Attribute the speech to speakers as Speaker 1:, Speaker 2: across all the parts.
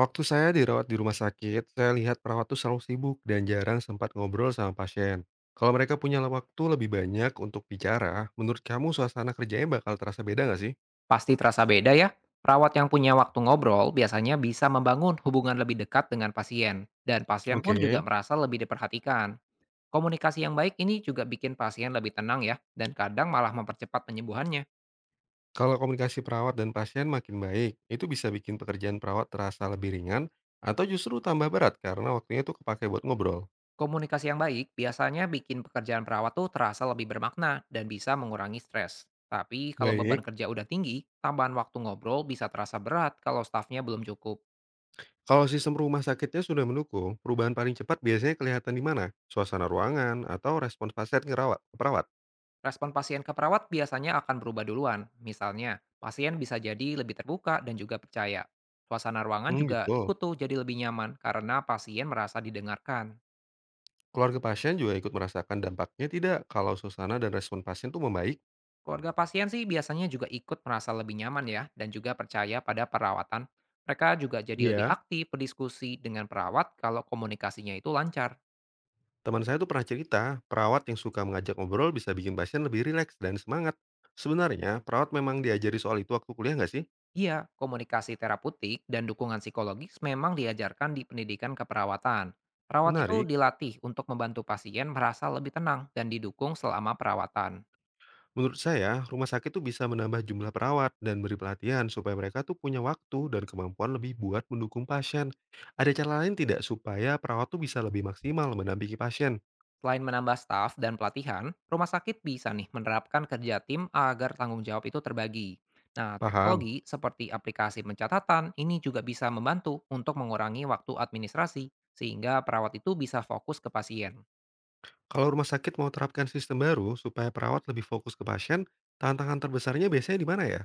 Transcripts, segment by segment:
Speaker 1: Waktu saya dirawat di rumah sakit, saya lihat perawat tuh selalu sibuk dan jarang sempat ngobrol sama pasien. Kalau mereka punya waktu lebih banyak untuk bicara, menurut kamu suasana kerjanya bakal terasa beda nggak sih?
Speaker 2: Pasti terasa beda ya. Perawat yang punya waktu ngobrol biasanya bisa membangun hubungan lebih dekat dengan pasien, dan pasien pun
Speaker 1: Oke.
Speaker 2: juga merasa lebih diperhatikan. Komunikasi yang baik ini juga bikin pasien lebih tenang ya, dan kadang malah mempercepat penyembuhannya.
Speaker 1: Kalau komunikasi perawat dan pasien makin baik, itu bisa bikin pekerjaan perawat terasa lebih ringan atau justru tambah berat karena waktunya tuh kepake buat ngobrol.
Speaker 2: Komunikasi yang baik biasanya bikin pekerjaan perawat tuh terasa lebih bermakna dan bisa mengurangi stres. Tapi kalau beban
Speaker 1: Baik.
Speaker 2: kerja udah tinggi, tambahan waktu ngobrol bisa terasa berat kalau stafnya belum cukup.
Speaker 1: Kalau sistem rumah sakitnya sudah mendukung, perubahan paling cepat biasanya kelihatan di mana? Suasana ruangan atau respons pasien ke perawat?
Speaker 2: Respon pasien ke perawat biasanya akan berubah duluan. Misalnya, pasien bisa jadi lebih terbuka dan juga percaya. Suasana ruangan
Speaker 1: Hmm,
Speaker 2: juga
Speaker 1: gitu.
Speaker 2: ikut tuh jadi lebih nyaman karena pasien merasa didengarkan.
Speaker 1: Keluarga pasien juga ikut merasakan dampaknya tidak kalau suasana dan respon pasien tuh membaik?
Speaker 2: Keluarga pasien sih biasanya juga ikut merasa lebih nyaman ya dan juga percaya pada perawatan. Mereka juga jadi lebih
Speaker 1: Iya.
Speaker 2: aktif berdiskusi dengan perawat kalau komunikasinya itu lancar.
Speaker 1: Teman saya tuh pernah cerita, perawat yang suka mengajak ngobrol bisa bikin pasien lebih rileks dan semangat. Sebenarnya, perawat memang diajari soal itu waktu kuliah nggak sih?
Speaker 2: Iya, komunikasi terapeutik dan dukungan psikologis memang diajarkan di pendidikan keperawatan. Perawat itu
Speaker 1: Menarik.
Speaker 2: dilatih untuk membantu pasien merasa lebih tenang dan didukung selama perawatan.
Speaker 1: Menurut saya, rumah sakit tuh bisa menambah jumlah perawat dan beri pelatihan supaya mereka tuh punya waktu dan kemampuan lebih buat mendukung pasien. Ada cara lain tidak supaya perawat tuh bisa lebih maksimal mendampingi pasien?
Speaker 2: Selain menambah staf dan pelatihan, rumah sakit bisa nih menerapkan kerja tim agar tanggung jawab itu terbagi. Nah,
Speaker 1: Paham?
Speaker 2: teknologi seperti aplikasi pencatatan ini juga bisa membantu untuk mengurangi waktu administrasi, sehingga perawat itu bisa fokus ke pasien.
Speaker 1: Kalau rumah sakit mau terapkan sistem baru supaya perawat lebih fokus ke pasien, tantangan terbesarnya biasanya di mana ya?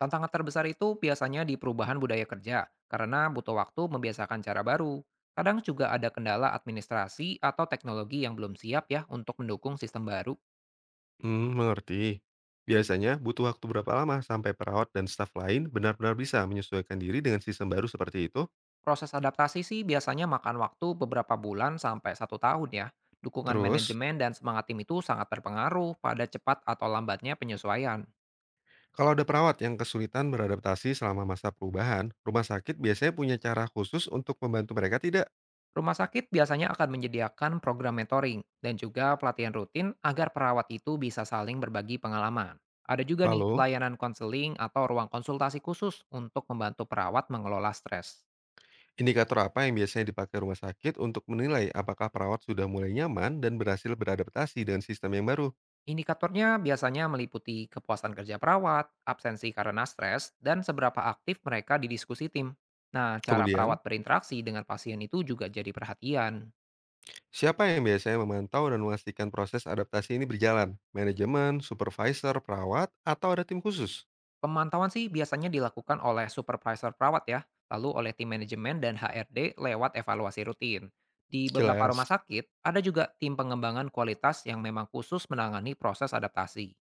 Speaker 2: Tantangan terbesar itu biasanya di perubahan budaya kerja, karena butuh waktu membiasakan cara baru. Kadang juga ada kendala administrasi atau teknologi yang belum siap ya untuk mendukung sistem baru.
Speaker 1: Hmm, mengerti. Biasanya butuh waktu berapa lama sampai perawat dan staf lain benar-benar bisa menyesuaikan diri dengan sistem baru seperti itu?
Speaker 2: Proses adaptasi sih biasanya makan waktu beberapa bulan sampai satu tahun ya. Dukungan
Speaker 1: Terus,
Speaker 2: manajemen dan semangat tim itu sangat berpengaruh pada cepat atau lambatnya penyesuaian.
Speaker 1: kalau ada perawat yang kesulitan beradaptasi selama masa perubahan, rumah sakit biasanya punya cara khusus untuk membantu mereka tidak?
Speaker 2: Rumah sakit biasanya akan menyediakan program mentoring dan juga pelatihan rutin agar perawat itu bisa saling berbagi pengalaman. Ada juga nih
Speaker 1: Lalu,
Speaker 2: layanan konseling atau ruang konsultasi khusus untuk membantu perawat mengelola stres.
Speaker 1: indikator apa yang biasanya dipakai rumah sakit untuk menilai apakah perawat sudah mulai nyaman dan berhasil beradaptasi dengan sistem yang baru?
Speaker 2: Indikatornya biasanya meliputi kepuasan kerja perawat, absensi karena stres, dan seberapa aktif mereka di diskusi tim. Nah, cara perawat
Speaker 1: Kemudian,
Speaker 2: berinteraksi dengan pasien itu juga jadi perhatian.
Speaker 1: siapa yang biasanya memantau dan memastikan proses adaptasi ini berjalan? Manajemen, supervisor, perawat, atau ada tim khusus?
Speaker 2: Pemantauan sih biasanya dilakukan oleh supervisor perawat ya, lalu oleh tim manajemen dan HRD lewat evaluasi rutin. Di beberapa
Speaker 1: Jelas.
Speaker 2: rumah sakit, ada juga tim pengembangan kualitas yang memang khusus menangani proses adaptasi.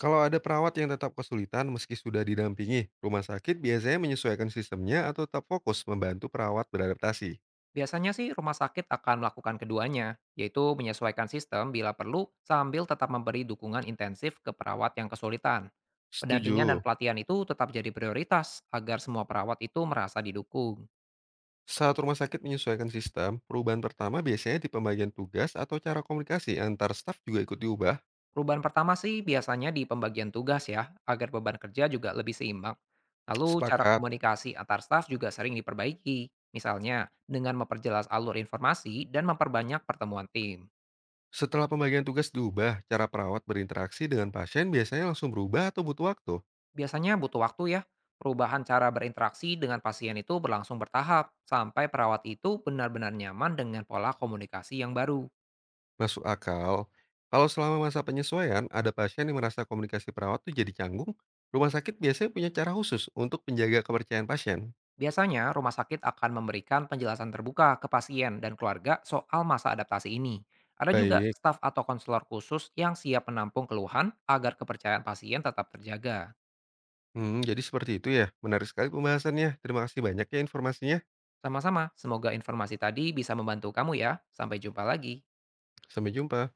Speaker 1: Kalau ada perawat yang tetap kesulitan meski sudah didampingi, rumah sakit biasanya menyesuaikan sistemnya atau tetap fokus membantu perawat beradaptasi.
Speaker 2: Biasanya sih rumah sakit akan melakukan keduanya, yaitu menyesuaikan sistem bila perlu sambil tetap memberi dukungan intensif ke perawat yang kesulitan. Pendampingan dan
Speaker 1: Setuju.
Speaker 2: pelatihan itu tetap jadi prioritas agar semua perawat itu merasa didukung.
Speaker 1: Saat rumah sakit menyesuaikan sistem, perubahan pertama biasanya di pembagian tugas atau cara komunikasi antar staf juga ikut diubah.
Speaker 2: Perubahan pertama sih biasanya di pembagian tugas ya, agar beban kerja juga lebih seimbang. Lalu cara
Speaker 1: Sepakat.
Speaker 2: komunikasi antar staf juga sering diperbaiki, misalnya dengan memperjelas alur informasi dan memperbanyak pertemuan tim.
Speaker 1: Setelah pembagian tugas diubah, cara perawat berinteraksi dengan pasien biasanya langsung berubah atau butuh waktu?
Speaker 2: Biasanya butuh waktu ya, perubahan cara berinteraksi dengan pasien itu berlangsung bertahap, sampai perawat itu benar-benar nyaman dengan pola komunikasi yang baru.
Speaker 1: Masuk akal. Kalau selama masa penyesuaian, ada pasien yang merasa komunikasi perawat tuh jadi canggung, rumah sakit biasanya punya cara khusus untuk menjaga kepercayaan pasien.
Speaker 2: Biasanya, rumah sakit akan memberikan penjelasan terbuka ke pasien dan keluarga soal masa adaptasi ini. Ada juga
Speaker 1: Baik.
Speaker 2: staf atau konselor khusus yang siap menampung keluhan agar kepercayaan pasien tetap terjaga.
Speaker 1: Hmm, jadi seperti itu ya. Menarik sekali pembahasannya. Terima kasih banyak ya informasinya.
Speaker 2: Sama-sama, semoga informasi tadi bisa membantu kamu ya. Sampai jumpa lagi.
Speaker 1: Sampai jumpa.